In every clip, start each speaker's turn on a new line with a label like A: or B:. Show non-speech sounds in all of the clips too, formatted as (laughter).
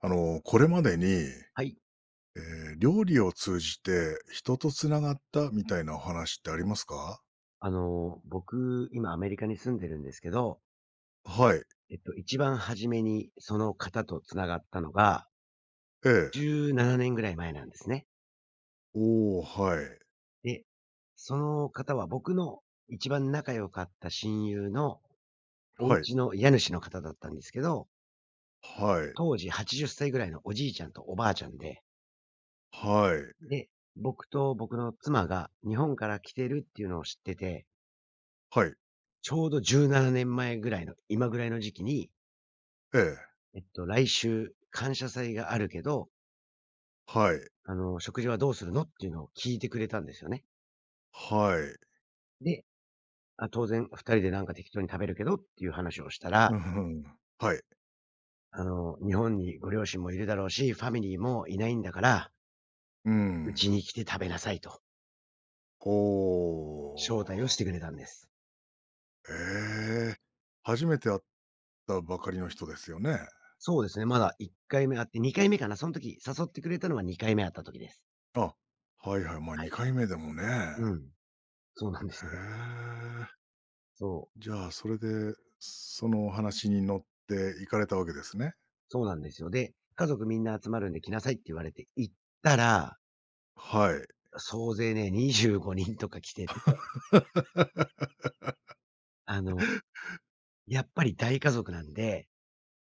A: これまでに、
B: はい。
A: え料理を通じて人とつながったみたいなお話ってありますか？
B: 僕、今アメリカに住んでるんですけど、
A: はい、
B: 一番初めにその方とつながったのが、
A: ええ。
B: 17年ぐらい前なんですね。
A: おお、はい、
B: で、その方は僕の一番仲良かった親友のお
A: はい、
B: 家の家主の方だったんですけど、
A: はい、
B: 当時80歳ぐらいのおじいちゃんとおばあちゃんで、
A: はい、
B: で、僕と僕の妻が日本から来てるっていうのを知ってて、
A: はい、
B: ちょうど17年前ぐらいの、今ぐらいの時期に、
A: ええ、
B: 来週感謝祭があるけど、
A: はい、
B: 食事はどうするのっていうのを聞いてくれたんですよね。
A: はい。
B: で、あ、当然2人でなんか適当に食べるけどっていう話をしたら、
A: うんうん。はい、
B: 日本にご両親もいるだろうし、ファミリーもいないんだから、
A: う
B: う
A: ん。
B: ちに来て食べなさいと、
A: おー、
B: 招待をしてくれたんです。
A: ええ、初めて会ったばかりの人ですよね？
B: そうですね、まだ1回目あって、2回目かな、その時誘ってくれたのは2回目あった時です。
A: あ、はいはい、ま、あ
B: はい。
A: 2回目でもね。
B: うん。そうなんです
A: へ
B: よ。
A: え。
B: そう。
A: じゃあ、それで、そのお話に乗って行かれたわけですね。
B: そうなんですよ。で、家族みんな集まるんで来なさいって言われて行ったら、
A: はい。
B: 総勢ね、25人とか来てて、
A: (laughs)
B: あのやっぱり大家族なんで、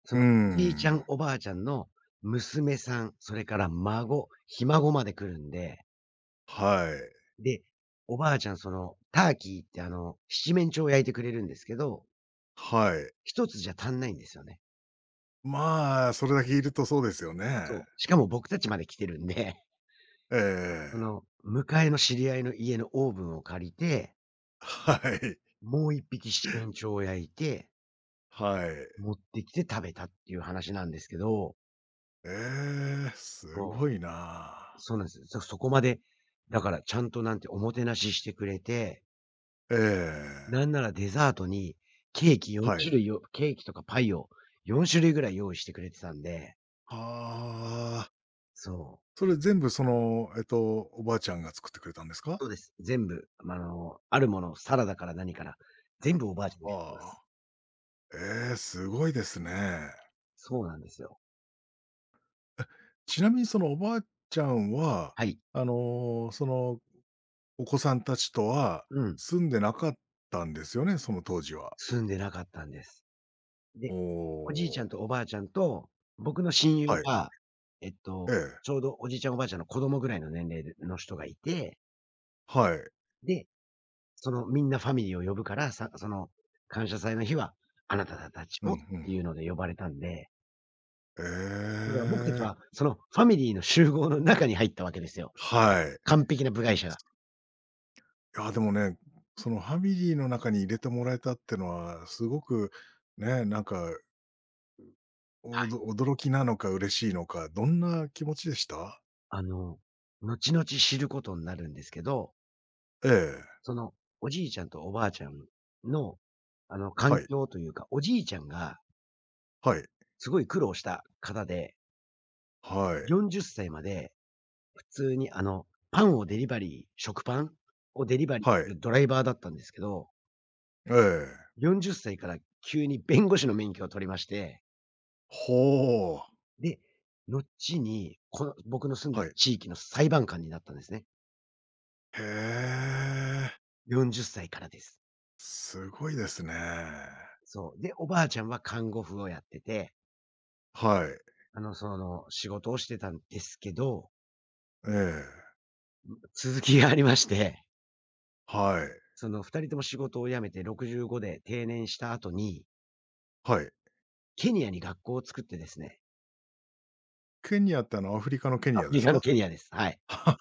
B: そ
A: うー
B: のおじいちゃ
A: ん。
B: ん、おばあちゃんの娘さん、それから孫、ひ孫まで来るんで、
A: はい。
B: で、おばあちゃん、ターキーって七面鳥を焼いてくれるんですけど、
A: はい。
B: 一つじゃ足んないんですよね。
A: まあ、それだけいるとそうですよね。
B: そう。しかも僕たちまで来てるんで、(laughs)
A: ええ。
B: 向かいの知り合いの家のオーブンを借りて、
A: はい。
B: もう一匹七面鳥を焼いて、
A: はい。
B: 持ってきて食べたっていう話なんですけど、
A: ええ、す
B: そ
A: ご
B: う。
A: いな。
B: そうなんですよ。そそこまで、だからちゃんとなんておもてなししてくれて、
A: え
B: な
A: え。
B: んならデザートに
A: はい。
B: ケーキとかパイを4種類ぐらい用意してくれてたんで、
A: ああ、
B: そう、
A: それ全部その、おばあちゃんが作ってくれたんですか？
B: そうです。全部、あるもの、サラダから何から、全部おばあちゃんがやってま
A: あ
B: す。
A: あ、ええ、すごいですね。
B: そうなんですよ。
A: ちなみにそのおばあちゃんは、
B: はい。
A: そのお子さんたちとは
B: うん。
A: 住んでなかったんですよね、その当時は。
B: 住んでなかったんです。で、
A: お
B: おじいちゃん
A: お。
B: とおばあちゃんと、僕の親友
A: はい。
B: が、えっと、
A: ええ。
B: ちょうどおじいちゃんおばあちゃんの子供ぐらいの年齢での人がいて、
A: はい。
B: で、みんなファミリーを呼ぶから、その、感謝祭の日は、あなたたち
A: うんう
B: もって
A: ん。
B: いうので呼ばれたんで、だ
A: え
B: から僕たち
A: え。
B: は、そのファミリーの集合の中に入ったわけですよ。
A: はい。
B: 完璧な部外者が。
A: いや、でもね、そのファミリーの中に入れてもらえたってのは、すごくね、なんか、おど驚きなのか嬉しいのか、どんな気持ちでした？
B: あの、後々知ることになるんですけど、
A: ええ。
B: その、おじいちゃんとおばあちゃんの、環
A: はい。
B: 境というか、おじいちゃんが
A: はい。
B: すごい苦労した方で、
A: はい。
B: 40歳まで普通に、パンをデリバリー食パンをデリバリ
A: は
B: ーす
A: い。
B: るドライバーだったんですけど
A: ええ。
B: 40歳から急に弁護士の免許を取りまして、
A: ほお。
B: で、後に、この僕の住んでる
A: はい。
B: 地域の裁判官になったんですね。
A: へえ、
B: 40歳からです。
A: すごいですね。
B: そう。で、おばあちゃんは看護婦をやってて、
A: はい。
B: 仕事をしてたんですけど、
A: ええ、
B: 続きがありまして、
A: はい、
B: その2人とも仕事を辞めて65で定年した後に、
A: はい。
B: ケニアに学校を作ってですね、
A: ケニアってあのアフリカのケ
B: ア
A: ニア
B: フ
A: で
B: リ
A: す
B: カの
A: か？
B: ケニアです。はい。
A: (laughs) は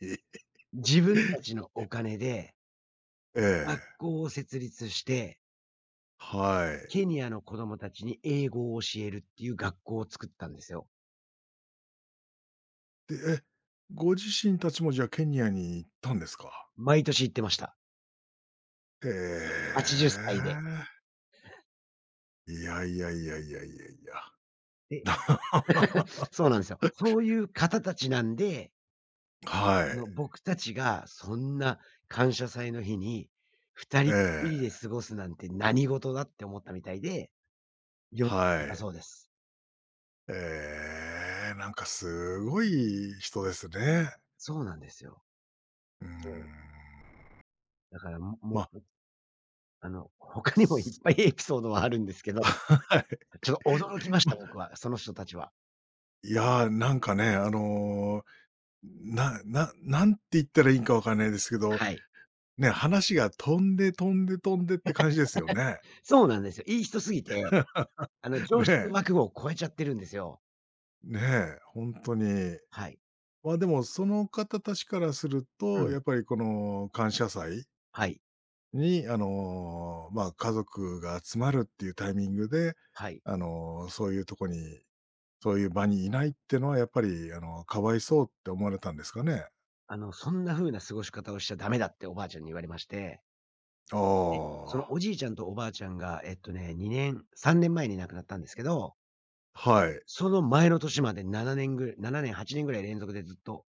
A: い。
B: 自分た
A: (laughs)
B: ちのお金で
A: え
B: 学
A: え、
B: 校を設立して
A: はい。
B: ケニアの子供たちに英語を教えるっていう学校を作ったんですよ。
A: で、え、ご自身たちもじゃあケニアに行ったんですか？
B: 毎年行ってました。
A: へ
B: 80歳で。
A: え。いやいやいやいやいやいや。
B: で、
A: (laughs)
B: そうなんですよ。そういう方たちなんで、
A: はい。
B: 僕たちがそんな感謝祭の日に、2人っ
A: え
B: きりで
A: え、
B: 過ごすなんて何事だって思ったみたいで、よ
A: は
B: だ
A: い。
B: そうです。
A: ええ、なんかすごい人ですね。
B: そうなんですよ。
A: うー
B: そう。
A: ん。
B: だから、もも
A: まあ
B: う、他にもいっぱいエピソードはあるんですけど、
A: はい。(laughs)
B: ちょっと驚きまし
A: ま、
B: た、僕は、その人たちは。
A: いや、なんかね、なななんて言ったらいいんかわかんないですけど、
B: はい。
A: ね、話が飛んで飛んで飛んでって感じですよね。
B: そうなんですよ。いい人すぎて常
A: ね
B: 識の
A: え。
B: 枠を超えちゃってるんですよ。
A: ねえ、ほんとに。
B: はい。
A: ま、でもその方たちからする
B: う
A: と、
B: ん。
A: やっぱりこの感謝祭
B: はい。
A: に、あの、ま、家族が集まるっていうタイミングで、
B: はい。
A: そういうとこに、そういう場にいないってのはやっぱり、あの、かわいそうって思われたんですかね？
B: そんな風な過ごし方をしちゃダメだっておばあちゃんに言われまして、
A: あ
B: で、そのお
A: あ。
B: じいちゃんとおばあちゃんが、2年、3年前に亡くなったんですけど、
A: はい。
B: その前の年まで7年、8年ぐらい連続でずっと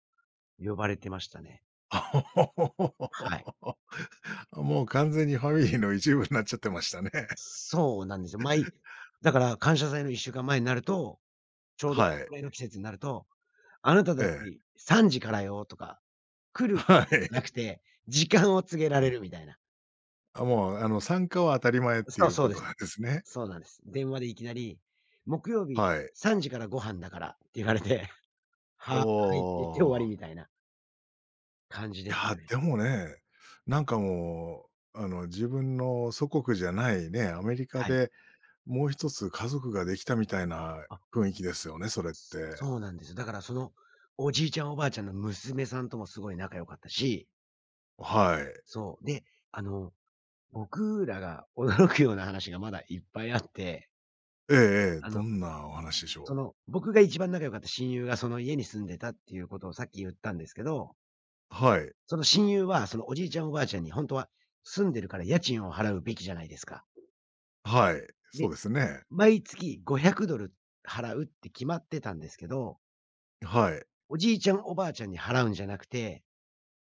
B: 呼ばれてましたね。はい。
A: (laughs) もう完全にファミリーの一部になっちゃってましたね。(laughs)
B: そうなんですよ。だから感謝祭の1週間前になると、ちょうどこ
A: は
B: れ
A: い。
B: ぐらいの季節になるとあなたた
A: え
B: ち
A: え。
B: 3時からよとか、来
A: (laughs)
B: るこ
A: は
B: とじゃな
A: い。
B: くて、時間を告げら
A: う
B: れ
A: ん。
B: るみたいな。
A: あ、もう、あの、参加は当たり前って
B: そ
A: い
B: う
A: う
B: そう
A: こ
B: で
A: と
B: す。
A: なんですね。
B: そうなんです。電話でいきなり、木曜日
A: はい。
B: 3時からご飯だからって言われて、(laughs) はーいって
A: お
B: 言って終わ
A: お。
B: りみたいな感じ
A: い
B: でし
A: や、
B: たね。
A: でもね、なんかもう、あの、自分の祖国じゃないね、アメリカ
B: はい。
A: でもう一つ家族ができたみたいな
B: あ、
A: 雰囲気ですよね、それって。
B: そうなんですよ。だからその、おじいちゃんおばあちゃんの娘さんともすごい仲良かったし、
A: はい。
B: そう、で、あの、僕らが驚くような話がまだいっぱいあって、
A: ええええ、
B: あの
A: どんなお話でしょ
B: 僕が一番仲良かった親友がその家に住んでたっていうことをさっき言ったんですけど、
A: う？はい。
B: その親友は、そのおじいちゃんおばあちゃんに本当は住んでるから家賃を払うべきじゃないですか。
A: はい、
B: で、
A: そうですね。
B: 毎月 $500 払うって決まってたんですけど、
A: はい。
B: おじいちゃんおばあちゃんに払うんじゃなくて、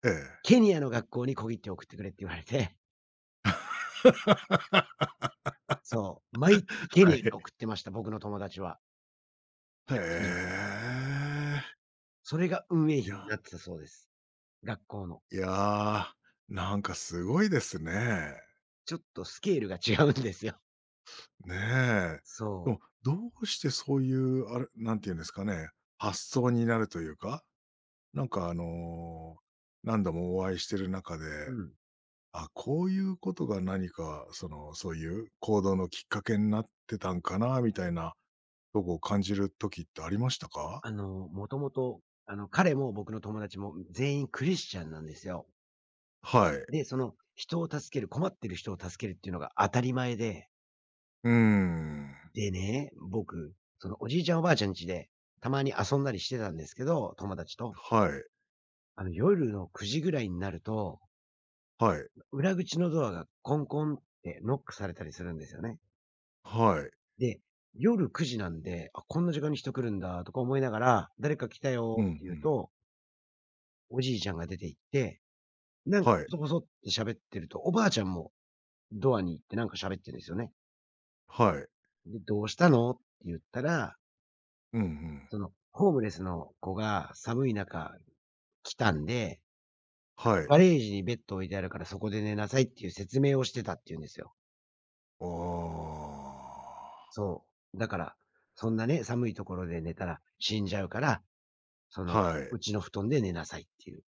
A: ええ。
B: ケニアの学校に小切手て送ってくれって言われて、
A: (laughs)
B: (laughs) そう、毎月ケ
A: は
B: ニアに
A: い。
B: 送ってました、僕の友達は。
A: へ
B: 家賃を。
A: え。
B: それが運営
A: い
B: 費に
A: や、
B: なってたそうです。学校の。
A: いやー、なんかすごいですね。
B: ちょっとスケールが違うんですよ。
A: ねえ。
B: そ
A: で
B: う。
A: も、どうしてそういう、あれ、なんていうんですかね、発想になるというか、なんかあの、何度もお会いしてる中
B: う
A: で、
B: ん。
A: あ、こういうことが何か、その、そういう行動のきっかけになってたんかなみたいなとこを感じる時ってありましたか？
B: もともと、彼も僕の友達も全員クリスチャンなんですよ。
A: はい。
B: で、人を助ける、困ってる人を助けるっていうのが当たり前で、
A: うーん。
B: でね、僕、そのおじいちゃんおばあちゃん家で、たまに遊んだりしてたんですけど、友達と。
A: はい、
B: 夜の9時ぐらいになると、
A: はい、
B: 裏口のドアがコンコンってノックされたりするんですよね。
A: はい。
B: で、夜9時なんで、あ、こんな時間に人来るんだとか思いながら、誰か来たよ
A: うん
B: っ
A: う
B: て言う
A: ん。
B: と、おじいちゃんが出て行って、なんか、
A: はい、
B: こそこそって喋ってると、おばあちゃんもドアに行ってなんか喋ってるんですよね。
A: はい。
B: で、どうしたのって言ったら、
A: うんうん。
B: そのホームレスの子が寒い中来たんで、
A: はい。
B: ガレージにベッド置いてあるからそこで寝なさいっていう説明をしてたって言うんですよ。
A: ああ。
B: そう。だから、そんなね、寒いところで寝たら死んじゃうから、その、
A: はい、
B: うちの布団で寝なさいっていう。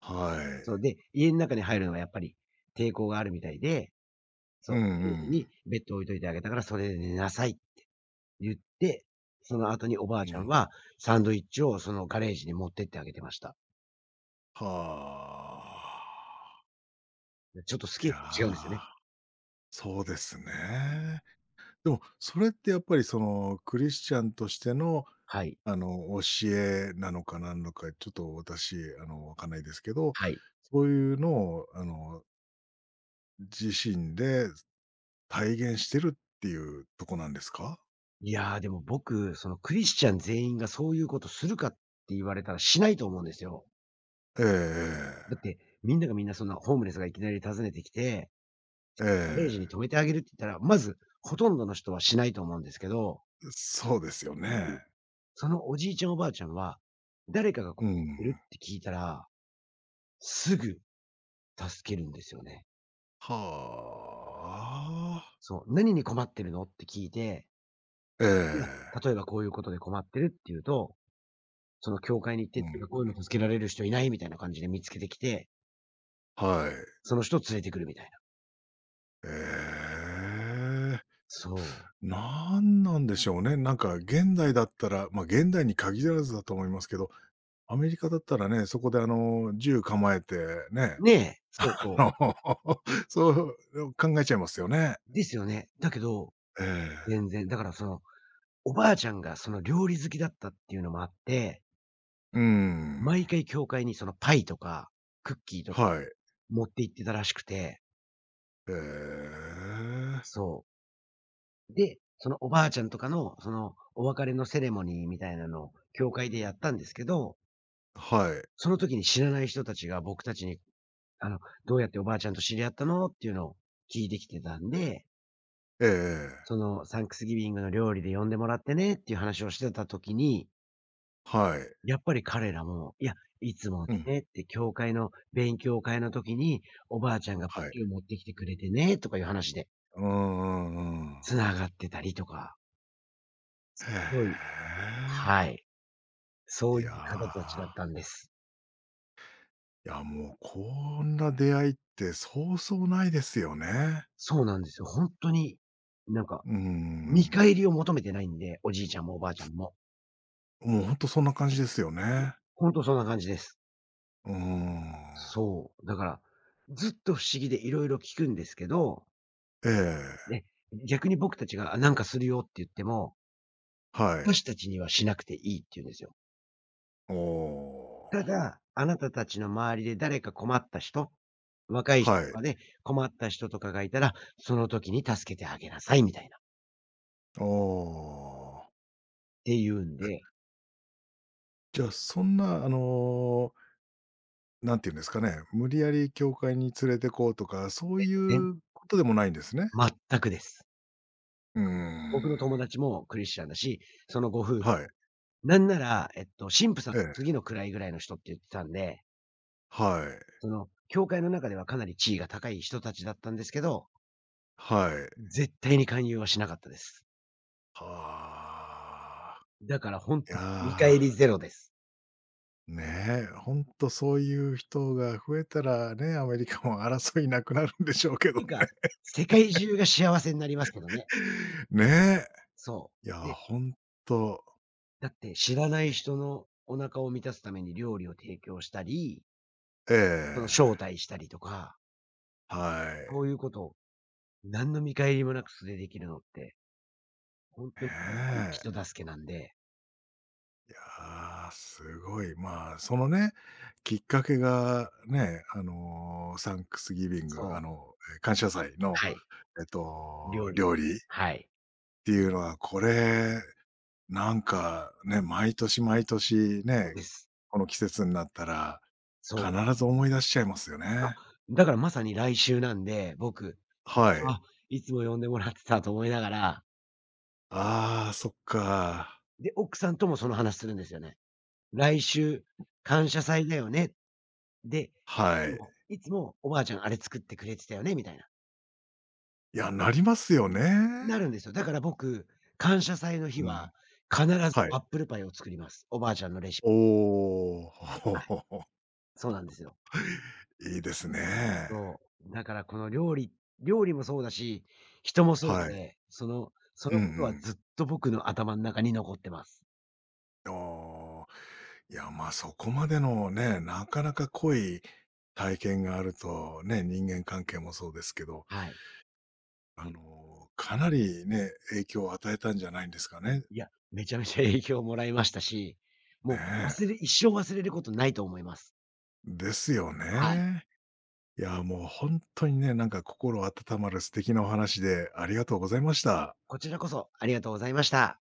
A: は
B: そ
A: い。
B: う。で、家の中に入るのはやっぱり抵抗があるみたいで、そ
A: う
B: う、
A: ん
B: ガレー
A: う
B: ジ
A: ん。
B: にベッド置いといてあげたからそれで寝なさいって言って、その後におばあ
A: う
B: ちゃん
A: ん。
B: は、サンドイッチをそのガレージに持ってってあげてました。
A: はあ。
B: ちょっとス
A: い
B: ケール違うんですよね。
A: や、そうですね。でも、それってやっぱりその、クリスチャンとしての、
B: はい。
A: あの、教えなのかなんのか、ちょっと私、あの、わかんないですけど、
B: はい。
A: そういうのを、あの、自身で体現してるっていうとこなんですか？
B: いや、でも僕、そのクリスチャン全員がそういうことするかって言われたらしないと思うんですよ。
A: えええ
B: だっ
A: え。
B: て、みんながみんなそんなホームレスがいきなり訪ねてきて、
A: え
B: ガレージに
A: え。
B: 止めてあげるって言ったら、まず、ほとんどの人はしないと思うんですけど、
A: そうですよね。
B: そのおじいちゃんおばあちゃんは、誰かが来っ
A: う
B: て
A: ん。
B: るって聞いたら、すぐ助けるんですよね。
A: はあ。
B: そう、何に困ってるのって聞いて、
A: え
B: いや、
A: え。
B: 例えばこういうことで困ってるって言うと、その教会に行って
A: う
B: っていうか、
A: ん。
B: こういうの助けられる人いないみたいな感じで見つけてきて、
A: はい。
B: その人を連れてくるみたいな。
A: ええ。
B: そ
A: なんなんでしょうね。なんか現代だったら、まあ、現代に限らずだと思いますけど、アメリカだったらね、そこであの、銃構えてね、
B: う。ねえ、そう
A: (laughs)
B: そ
A: あの、(laughs) そう考えちゃいますよね。
B: う。ですよね。だけど、
A: ええ。
B: 全然、だからその、おばあちゃんがその料理好きだったっていうのもあって、
A: うーん。
B: 毎回教会にそのパイとか、クッキーとか
A: はい。
B: 持って行ってたらしくて、
A: ええ。
B: そう。で、そのおばあちゃんとかの、そのお別れのセレモニーみたいなのを教会でやったんですけど、
A: はい。
B: その時に知らない人たちが僕たちに、あの、どうやっておばあちゃんと知り合ったのっていうのを聞いてきてたんで、
A: えええ
B: そ
A: え。
B: のサンクスギビングの料理で呼んでもらってねっていう話をしてた時に、
A: はい。
B: やっぱり彼らも、いや、いつも
A: うん、
B: ねって教会の勉強会の時におばあちゃんが
A: はい。
B: ピュー持ってきてくれてねとかいう話で
A: うんうんうん。
B: 繋がってたりとか、す
A: へ
B: ごい、はい。そ
A: え。
B: う
A: い
B: い
A: や、
B: う方たちだったんです。
A: いや、もうこんな出会いってそうそうないですよね。
B: そうなんですよ。ほんとに、なんか、
A: うー
B: 見
A: ん。
B: 返りを求めてないんで、おじいちゃんもおばあちゃんも。
A: もうほんとそんな感じですよ
B: いや、
A: ね。
B: ほんとそんな感じです。
A: うーん。
B: そう。だから、ずっと不思議で色々聞くんですけど、
A: ええ、
B: ね、逆に僕たちが「あ、なんかするよ」って言っても、
A: はい。
B: 私たちにはしなくていいって言うんですよ。
A: おお。
B: ただ、あなたたちの周りで誰か困った人、若い人
A: は
B: と
A: い。
B: かで困った人とかがいたら、その時に助けてあげなさいみたいな、っ
A: おお。
B: て言うん
A: え、
B: で、
A: じゃあそんなあのなんて言うんですかね、無理やり教会に連れてこうとか、そうい
B: ぜん
A: うことでもないんですね。
B: 全くです。
A: うー
B: 僕の
A: ん。
B: 友達もクリスチャンだし、そのご夫婦、
A: はい。
B: なんなら、神父さん
A: ええ。
B: 次の位ぐらいの人って言ってたんで、
A: はい。
B: その、教会の中ではかなり地位が高い人たちだったんですけど、
A: はい。
B: 絶対に勧誘はしなかったです。
A: はあ。
B: だからほん
A: い
B: とに見返
A: や、
B: りゼロです。
A: ねえ、ほんとそういう人が増えたらね、アメリカも争いなくなるんでしょうけど
B: てい
A: ね。
B: うか、世界中が幸せになりますけどね。
A: ねえ。
B: そ
A: いや、
B: う。で、
A: ほんと。
B: だって知らない人のお腹を満たすために料理を提供したり、
A: え
B: その招
A: え。
B: 待したりとか、
A: は
B: そ
A: い。
B: ういうことを何の見返りもなく素でできるのって、ほん
A: ね
B: とに本般に人
A: え。
B: 助けなんで、
A: ああ、すごい。まあ、そのね、きっかけがね、あの、サンクスギビング、
B: そ
A: あ
B: う、
A: の、え、感謝祭の、
B: はい、料理、
A: 料理っ
B: はい、
A: ていうのは、これ、なんかね、毎年毎年
B: そう
A: ね、
B: です。
A: この季節になったら、
B: そ
A: 必
B: う。
A: ず思い出しちゃいますよ
B: あ、
A: ね。
B: だからまさに来週なんで、僕、
A: はい。
B: あ、いつも呼んでもらってたと思いながら、
A: ああ、そっか。
B: で、奥さんともその話するんですよね。来週、感謝祭だよね。で、
A: は
B: で
A: い。
B: も、いつもおばあちゃんあれ作ってくれてたよね、みたいな。
A: いや、なりますよね。
B: なるんですよ。だから僕、感謝祭の日
A: うん。
B: は、必ず
A: はい。
B: アップルパイを作ります。おばあちゃんのレシピ。
A: お
B: はい。
A: お。
B: そうなんですよ。
A: (laughs) いいですね。
B: そう。だからこの料理もそうだし、人もそう
A: はい。
B: で、そのそ
A: う
B: のことは
A: ん
B: ずっと僕の頭の中に残ってます。
A: うん。おあ、いや、ま、そこまでのね、なかなか濃い体験があると、ね、人間関係もそうですけど、
B: はい。
A: あの、かなりね、影響を与えたんじゃないんですかね。
B: いや、めちゃめちゃ影響をもらいましたし、もう
A: ね
B: 忘れ
A: え。
B: 一生忘れることないと思います。
A: ですよ
B: はい。
A: ね。いや、もう本当にね、なんか心温まる素敵なお話でありがとうございました。はい。
B: こちらこそありがとうございました。